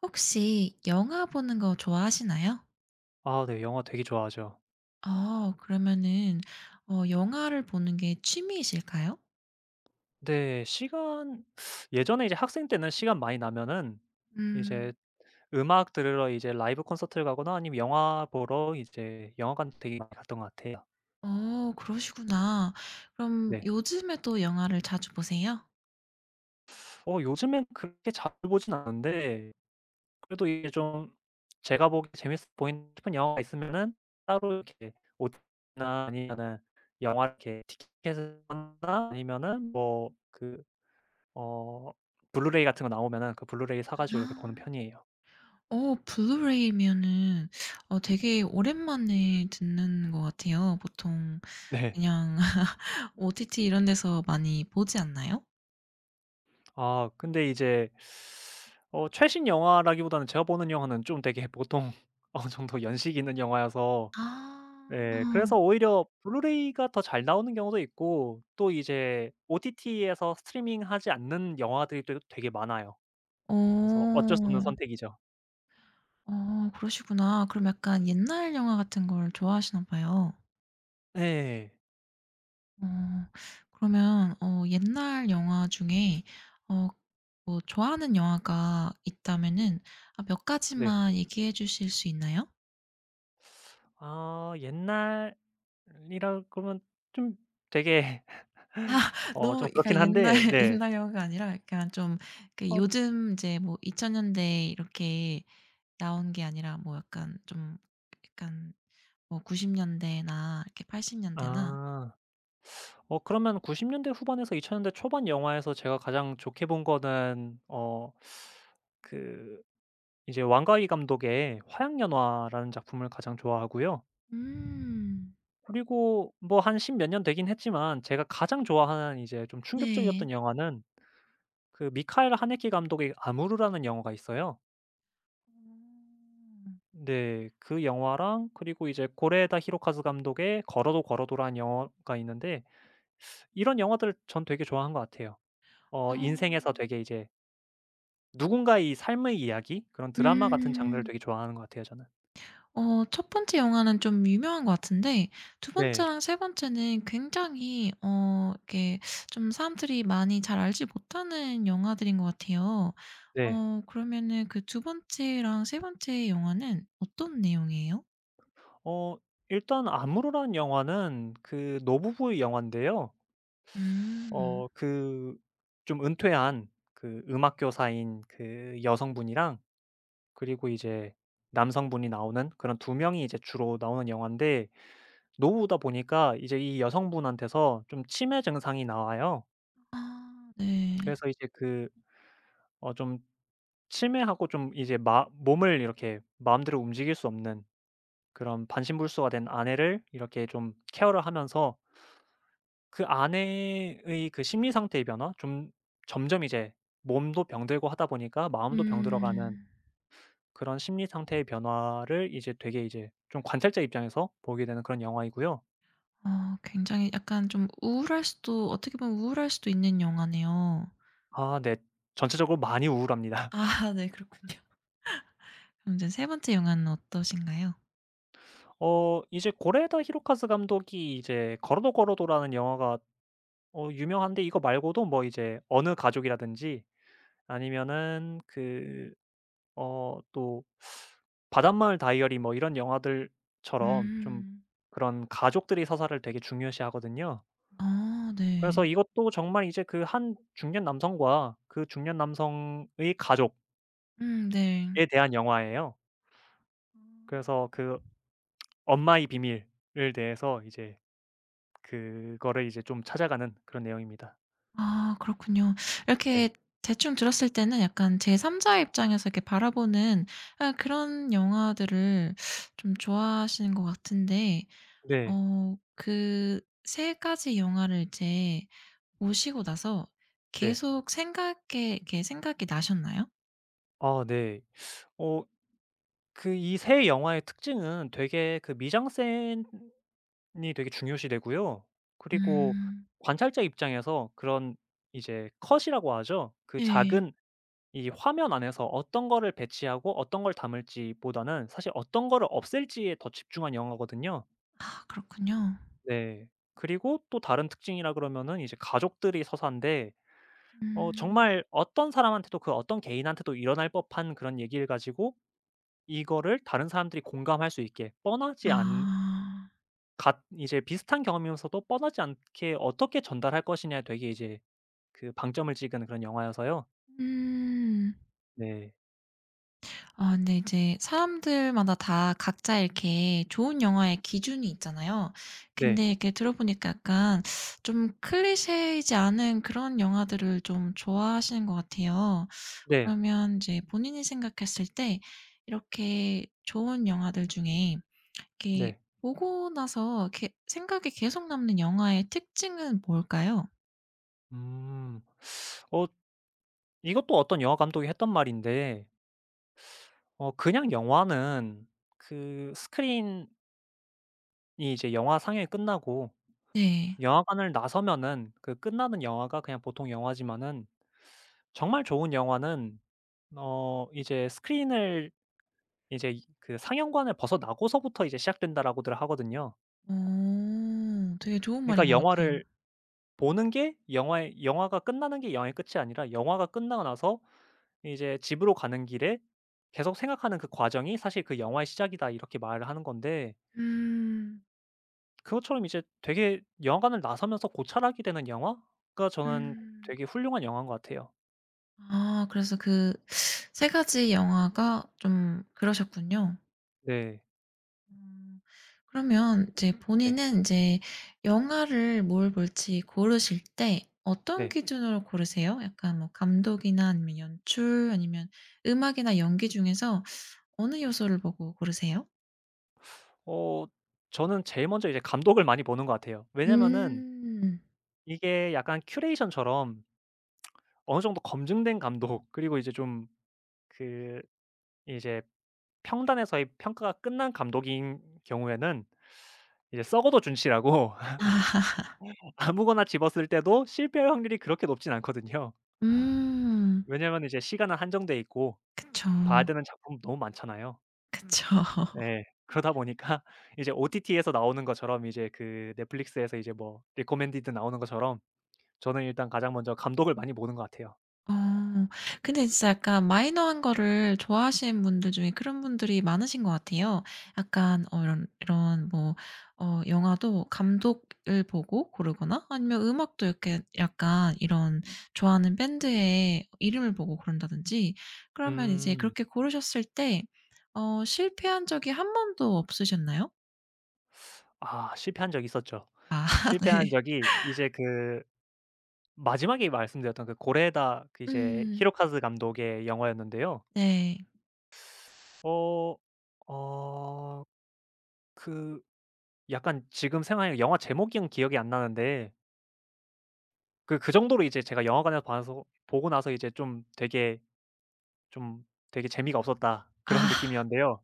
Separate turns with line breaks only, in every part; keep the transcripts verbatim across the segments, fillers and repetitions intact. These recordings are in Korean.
혹시 영화 보는 거 좋아하시나요?
아 네. 영화 되게 좋아하죠.
어 그러면은 어 영화를 보는 게 취미이실까요?
근데 시간, 예전에 이제 학생 때는 시간 많이 나면은 이제
음.
음악 들으러 이제 라이브 콘서트를 가거나 아니면 영화 보러 이제 영화관 되게 많이 갔던 것 같아요.
어 그러시구나. 그럼
네.
요즘에 또 영화를 자주 보세요?
어 요즘엔 그렇게 자주 보진 않는데, 그래도 이게 좀 제가 보기에 재밌어 보인다 싶은 영화가 있으면은 따로 이렇게 오티티나 아니면은 영화 이렇게 티켓을 산다, 아니면은 뭐 그 어 블루레이 같은 거 나오면은 그 블루레이 사 가지고 이렇게
아.
보는 편이에요.
어 블루레이면은 어 되게 오랜만에 듣는 것 같아요. 보통
네.
그냥 오티티 이런 데서 많이 보지 않나요?
아, 근데 이제 어 최신 영화라기보다는 제가 보는 영화는 좀 되게 보통 어느 정도 연식이 있는 영화여서,
아.
네 그래서 오히려 블루레이가 더 잘 나오는 경우도 있고, 또 이제 오티티에서 스트리밍하지 않는 영화들이 또 되게 많아요.
어.
그래서 어쩔 수 없는 선택이죠.
어 그러시구나. 그럼 약간 옛날 영화 같은 걸 좋아하시나 봐요.
예.
어 그러면 어 옛날 영화 중에 어 뭐 좋아하는 영화가 있다면은 아 몇
네.
가지만 얘기해 주실 수 있나요?
아, 옛날이라 그러면 좀 되게 어
너무
좀
그러니까
그렇긴
옛날
한데, 네.
옛날 영화가 아니라 약간 좀 그
어
요즘 이제 뭐 이천 년대 이렇게 나온 게 아니라 뭐 약간 좀 약간 뭐 구십 년대나 이렇게 팔십 년대나.
아. 어 그러면 구십 년대 후반에서 이천 년대 초반 영화에서 제가 가장 좋게 본 거는, 어 그 이제 왕가위 감독의 화양연화라는 작품을 가장 좋아하고요.
음.
그리고 뭐 한 십몇 년 되긴 했지만 제가 가장 좋아하는, 이제 좀
네.
충격적이었던 영화는 그 미카엘 하네케 감독의 아무르라는 영화가 있어요.
음.
네. 그 영화랑 그리고 이제 고레에다 히로카즈 감독의 걸어도 걸어도라는 영화가 있는데, 이런 영화들 전 되게 좋아한 것 같아요.
어,
어 인생에서 되게, 이제 누군가의 이 삶의 이야기, 그런 드라마 같은 장르를
음.
되게 좋아하는 것 같아요 저는.
어 첫 번째 영화는 좀 유명한 것 같은데 두
네.
번째랑 세 번째는 굉장히 어 이렇게 좀 사람들이 많이 잘 알지 못하는 영화들인 것 같아요.
네.
어 그러면은 그 두 번째랑 세 번째 영화는 어떤 내용이에요?
어 일단 아무로란 영화는 그 노부부의 영화인데요.
음.
어 그 좀 은퇴한 그 음악 교사인 그 여성분이랑, 그리고 이제 남성분이 나오는, 그런 두 명이 이제 주로 나오는 영화인데, 노부부다 보니까 이제 이 여성분한테서 좀 치매 증상이 나와요.
아 네.
그래서 이제 그 어 좀 치매하고, 좀 이제 마 몸을 이렇게 마음대로 움직일 수 없는 그런 반신불수가 된 아내를 이렇게 좀 케어를 하면서, 그 아내의 그 심리 상태의 변화, 좀 점점 이제 몸도 병들고 하다 보니까 마음도 병들어가는
음.
그런 심리 상태의 변화를 이제 되게 이제 좀 관찰자 입장에서 보게 되는 그런 영화이고요.
어 굉장히 약간 좀 우울할 수도 어떻게 보면 우울할 수도 있는 영화네요.
아 네. 전체적으로 많이 우울합니다.
아 네, 그렇군요. 그럼 이제 세 번째 영화는 어떠신가요?
어 이제 고레다 히로카즈 감독이 이제 걸어도 걸어도라는 영화가 어 유명한데, 이거 말고도 뭐 이제 어느 가족이라든지, 아니면은 그 어 또 바닷마을 다이어리 뭐 이런
음.
영화들처럼, 좀
음.
그런 가족들이 서사를 되게 중요시하거든요.
아
그래서
네.
이것도 정말 이제 그 한 중년 남성과 그 중년 남성의 가족에
음 네.
대한 영화예요.
음.
그래서 그 엄마의 비밀을 대해서 이제 그거를 이제 좀 찾아가는 그런 내용입니다.
아 그렇군요.
네.
이렇게 대충 들었을 때는 약간 제삼 자의 입장에서 이렇게 바라보는 아 그런 영화들을 좀 좋아하시는 것 같은데
네.
어 그 세 가지 영화를 이제 보시고 나서
네.
계속 생각에 이렇게 생각이 나셨나요?
아 네. 어 그 이 세 영화의 특징은 되게, 그 미장센 이 되게 중요시되고요. 그리고
음.
관찰자 입장에서 그런, 이제 컷이라고 하죠. 그
예.
작은 이 화면 안에서 어떤 거를 배치하고 어떤 걸 담을지보다는 사실 어떤 거를 없앨지에 더 집중한 영화거든요.
아 그렇군요.
네. 그리고 또 다른 특징이라 그러면은, 이제 가족들이 서사인데,
음.
어
음.
정말 어떤 사람한테도 그 어떤 개인한테도 일어날 법한 그런 얘기를 가지고, 이거를 다른 사람들이 공감할 수 있게 뻔하지 않
아.
갓 이제 비슷한 경험이면서도 뻔하지 않게 어떻게 전달할 것이냐에 되게 이제 그 방점을 찍은 그런 영화여서요.
음.
네.
아 근데 이제 사람들마다 다 각자 이렇게 좋은 영화의 기준이 있잖아요.
네.
근데 이렇게 들어보니까 약간 좀 클리셰이지 않은 그런 영화들을 좀 좋아하시는 것 같아요.
네.
그러면 이제 본인이 생각했을 때 이렇게 좋은 영화들 중에 이렇게
네.
보고 나서 이렇게 생각이 계속 남는 영화의 특징은 뭘까요?
음. 어 이것도 어떤 영화 감독이 했던 말인데, 어 그냥 영화는 그 스크린이 이제 영화 상영이 끝나고
네.
영화관을 나서면은 그 끝나는 영화가 그냥 보통 영화지만은, 정말 좋은 영화는 어 이제 스크린을, 이제 그 상영관을 벗어나고서부터 이제 시작된다라고들 하거든요.
오, 되게 좋은 말인
그러니까
것 같아요.
영화를 보는 게, 영화의 영화가 끝나는 게 영화의 끝이 아니라 영화가 끝나고 나서 이제 집으로 가는 길에 계속 생각하는 그 과정이 사실 그 영화의 시작이다, 이렇게 말을 하는 건데,
음.
그것처럼 이제 되게 영화관을 나서면서 고찰하게 되는 영화가, 저는
음.
되게 훌륭한 영화인 것 같아요.
아 그래서 그 세 가지 영화가 좀 그러셨군요.
네.
음 그러면 이제
네.
본인은 이제 영화를 뭘 볼지 고르실 때 어떤
네.
기준으로 고르세요? 약간 뭐 감독이나 아니면 연출 아니면 음악이나 연기 중에서 어느 요소를 보고 고르세요?
어 저는 제일 먼저 이제 감독을 많이 보는 것 같아요. 왜냐면은
음.
이게 약간 큐레이션처럼 어느 정도 검증된 감독, 그리고 이제 좀 그 이제 평단에서의 평가가 끝난 감독인 경우에는 이제 썩어도 준치라고
아하...
아무거나 집었을 때도 실패할 확률이 그렇게 높진 않거든요.
음.
왜냐면 이제 시간은 한정돼 있고
그쵸.
봐야 되는 작품 너무 많잖아요.
그쵸.
네. 그러다 보니까 이제 오티티에서 나오는 것처럼, 이제 그 넷플릭스에서 이제 뭐 리코멘디드 나오는 것처럼 저는 일단 가장 먼저 감독을 많이 보는 것 같아요.
어. 근데 진짜 약간 마이너한 거를 좋아하시는 분들 중에 그런 분들이 많으신 것 같아요. 약간 어 이런 이런 뭐 어 영화도 감독을 보고 고르거나 아니면 음악도 이렇게 약간 이런 좋아하는 밴드의 이름을 보고 고른다든지. 그러면 이제
음.
그렇게 고르셨을 때 어 실패한 적이 한 번도 없으셨나요?
아, 실패한 적이 있었죠.
아
실패한
네.
적이 이제 그 마지막에 말씀드렸던 그 고레다, 그 이제
음.
히로카즈 감독의 영화였는데요.
네.
어 어 그 약간 지금 생각하니까 영화 제목은 기억이 안 나는데, 그 그 정도로 이제 제가 영화관에서 봐서 보고 나서 이제 좀 되게 좀 되게 '재미가 없었다.'
아.
그런 느낌이었는데요.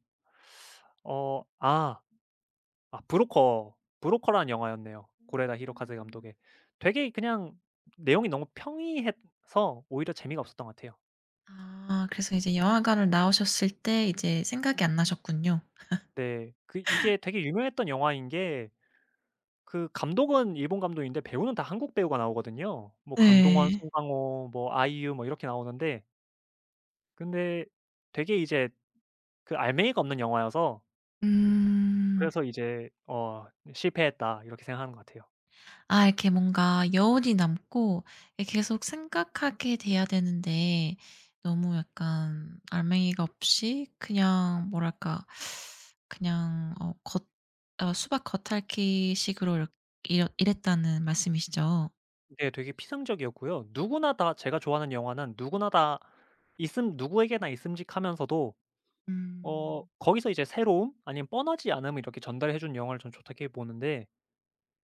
어 아, 아, 브로커, 브로커라는 영화였네요. 고레다 히로카즈
음.
감독의. 되게 그냥 내용이 너무 평이해서 오히려 재미가 없었던 것 같아요.
아 그래서 이제 영화관을 나오셨을 때 이제 생각이 안 나셨군요.
네. 그 이게 되게 유명했던 영화인 게, 그 감독은 일본 감독인데 배우는 다 한국 배우가 나오거든요. 뭐 강동원,
네.
송강호, 뭐 아이유 뭐 이렇게 나오는데, 근데 되게 이제 그 알맹이가 없는 영화여서,
음.
그래서 이제 어 '실패했다.' 이렇게 생각하는 것 같아요.
아 이렇게 뭔가 여운이 남고, 예 계속 생각하게 돼야 되는데 너무 약간 알맹이가 없이 그냥 뭐랄까, 그냥 어 겉 어 수박 겉핥기 식으로 이렇 이렇 이랬다는 말씀이시죠?
네 되게 피상적이었고요. 누구나 다, 제가 좋아하는 영화는 누구나 다 있음, 누구에게나 있음직하면서도 어
음.
거기서 이제 새로움 아니면 뻔하지 않음을 이렇게 전달해 준 영화를 전 좋다고 보는데,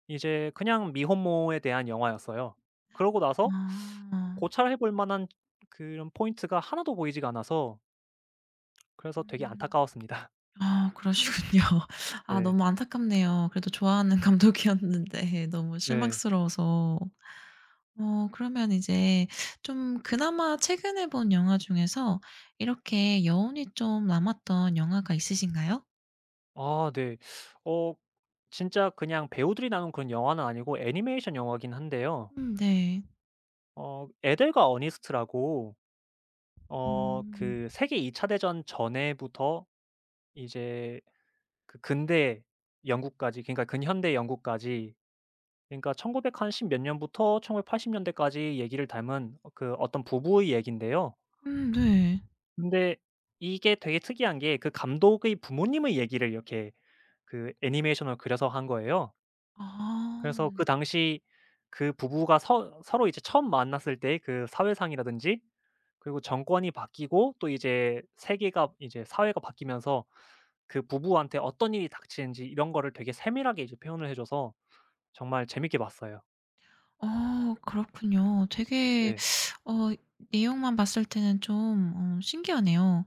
이제 그냥 미혼모에 대한 영화였어요. 그러고 나서
아.
고찰해 볼 만한 그런 포인트가 하나도 보이지가 않아서 그래서 되게
음.
안타까웠습니다.
아 그러시군요. 아
네.
너무 안타깝네요. 그래도 좋아하는 감독이었는데 너무
네.
실망스러워서. 어 그러면 이제 좀 그나마 최근에 본 영화 중에서 이렇게 여운이 좀 남았던 영화가 있으신가요?
아 네. 어 진짜 그냥 배우들이 나온 그런 영화는 아니고 애니메이션 영화긴 한데요.
음 네.
어 에델과 어니스트라고, 어
음.
그 세계 이 차 대전 전에부터 이제 그 근대 영국까지, 그러니까 근현대 영국까지, 그러니까 천 구백공 한 십 몇 년부터 천구백팔십 년대까지 얘기를 담은, 어 그 어떤 부부의 얘기인데요.
음 네.
근데 이게 되게 특이한 게, 그 감독의 부모님의 얘기를 이렇게 그 애니메이션으로 그려서 한 거예요. 그래서 그
아.
당시 그 부부가 서 서로 이제 처음 만났을 때의 그 사회상이라든지, 그리고 정권이 바뀌고 또 이제 세계가 이제 사회가 바뀌면서 그 부부한테 어떤 일이 닥치는지 이런 거를 되게 세밀하게 이제 표현을 해 줘서 정말 재밌게 봤어요.
어 그렇군요. 되게
네.
어 내용만 봤을 때는 좀 어 신기하네요.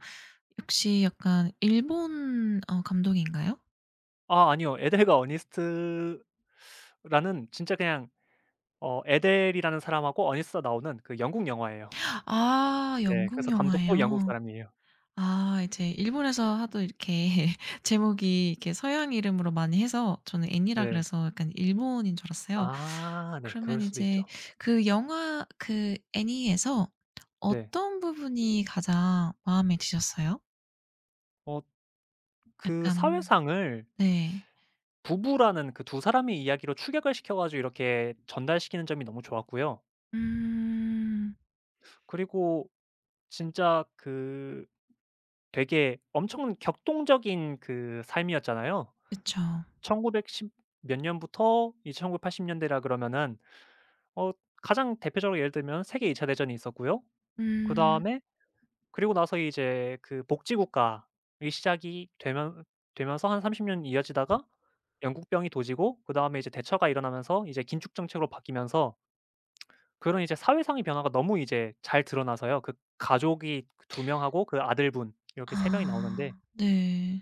역시 약간 일본 어 감독인가요?
아 아니요. 에델과 어니스트라는, 진짜 그냥 어 에델이라는 사람하고 어니스트가 나오는 그 영국 영화예요.
아
네.
영국
그래서 감독도 영국
영화예요.
사람이에요.
아 이제 일본에서 하도 이렇게 제목이 이렇게 서양 이름으로 많이 해서 저는 애니라
네.
그래서 약간 일본인 줄 알았어요.
아 네. 그럴
그러면
수도 있죠.
이제 그 영화, 그 애니에서
네.
어떤 부분이 가장 마음에 드셨어요?
어 그
약간.
사회상을
네.
부부라는 그 두 사람의 이야기로 축약을 시켜 가지고 이렇게 전달시키는 점이 너무 좋았고요.
음.
그리고 진짜 그 되게 엄청 격동적인 그 삶이었잖아요.
그쵸.
천구백십 몇 년부터 천구백팔십 년대라 그러면은, 어 가장 대표적으로 예를 들면 세계 이 차 대전이 있었고요.
음.
그다음에, 그리고 나서 이제 그 복지국가의 시작이 되면 되면서 한 삼십 년 이어지다가 영국병이 도지고, 그다음에 이제 대처가 일어나면서 이제 긴축 정책으로 바뀌면서, 그런 이제 사회상의 변화가 너무 이제 잘 드러나서요. 그 가족이 두 명하고 그 아들분 이렇게 세 명이 나오는데,
아. 네.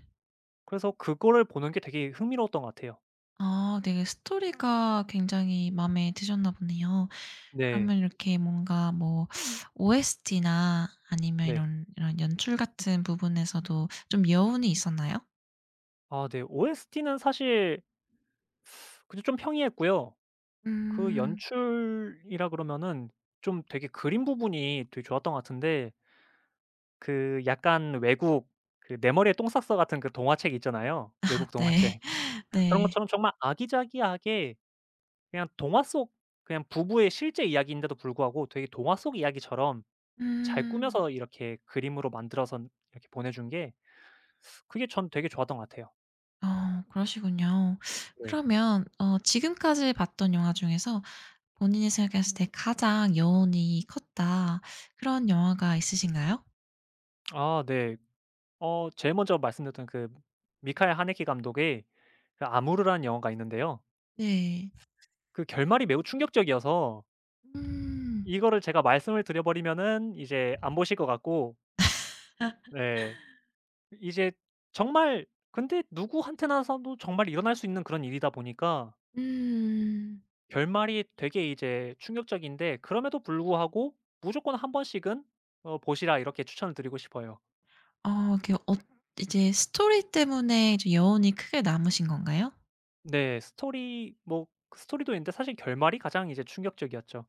그래서 그거를 보는 게 되게 흥미로웠던 것 같아요.
아 되게 스토리가 굉장히 마음에 드셨나 보네요.
네.
그러면 이렇게 뭔가 뭐 오에스티나 아니면
네.
이런 이런 연출 같은 부분에서도 좀 여운이 있었나요?
아 네. 오에스티는 사실 그래도 좀 평이했고요. 그
음.
연출이라 그러면은, 좀 되게 그림 부분이 되게 좋았던 것 같은데, 그 약간 외국, 그 내 머리에 똥 쌌어 같은 그 동화책 있잖아요.
아
외국
네.
동화책. 그런
네.
것처럼 정말 아기자기하게, 그냥 동화 속, 그냥 부부의 실제 이야기인데도 불구하고 되게 동화 속 이야기처럼 잘
음.
꾸며서 이렇게 그림으로 만들어서 이렇게 보내준 게, 그게 전 되게 좋았던 것 같아요.
어 그러시군요.
네.
그러면 어 지금까지 봤던 영화 중에서 본인이 생각했을 때 가장 여운이 컸다 그런 영화가 있으신가요?
아 네. 어 제일 먼저 말씀드렸던 그 미카엘 하네키 감독의 그 아무르라는 영화가 있는데요.
네.
그 결말이 매우 충격적이어서
음.
이거를 제가 말씀을 드려 버리면은 이제 안 보실 것 같고, 네. 이제 정말, 근데 누구한테나서도 정말 일어날 수 있는 그런 일이다 보니까
음.
결말이 되게 이제 충격적인데, 그럼에도 불구하고 무조건 한 번씩은 어 보시라, 이렇게 추천을 드리고 싶어요.
어 그 어 이제 스토리 때문에 좀 여운이 크게 남으신 건가요?
네. 스토리, 뭐 그 스토리도 있는데 사실 결말이 가장 이제 충격적이었죠.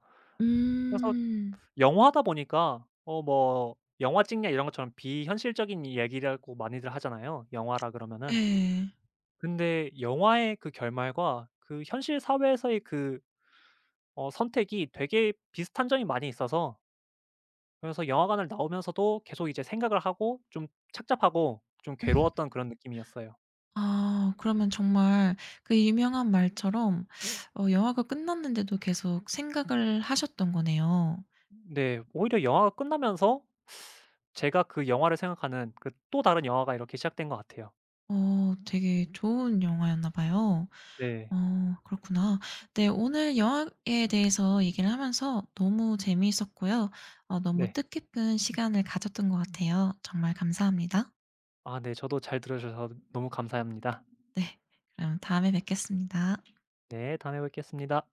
그래서
음.
영화다 보니까 어 뭐 영화 찍냐 이런 것처럼 비현실적인 얘기라고 많이들 하잖아요, 영화라 그러면은.
네.
근데 영화의 그 결말과 그 현실 사회에서의 그 어 선택이 되게 비슷한 점이 많이 있어서, 그래서 영화관을 나오면서도 계속 이제 생각을 하고, 좀 착잡하고 좀 괴로웠던 그런 느낌이었어요.
아 그러면 정말 그 유명한 말처럼 어 영화가 끝났는데도 계속 생각을 하셨던 거네요.
네. 오히려 영화가 끝나면서 제가 그 영화를 생각하는 그 또 다른 영화가 이렇게 시작된 것 같아요.
어 되게 좋은 영화였나 봐요.
네.
어 그렇구나. 네, 오늘 영화에 대해서 얘기를 하면서 너무 재미있었고요. 어 너무
네.
뜻깊은 시간을 가졌던 것 같아요. 정말 감사합니다.
아 네. 저도 잘 들어 주셔서 너무 감사합니다.
네. 그럼 다음에 뵙겠습니다.
네. 다음에 뵙겠습니다.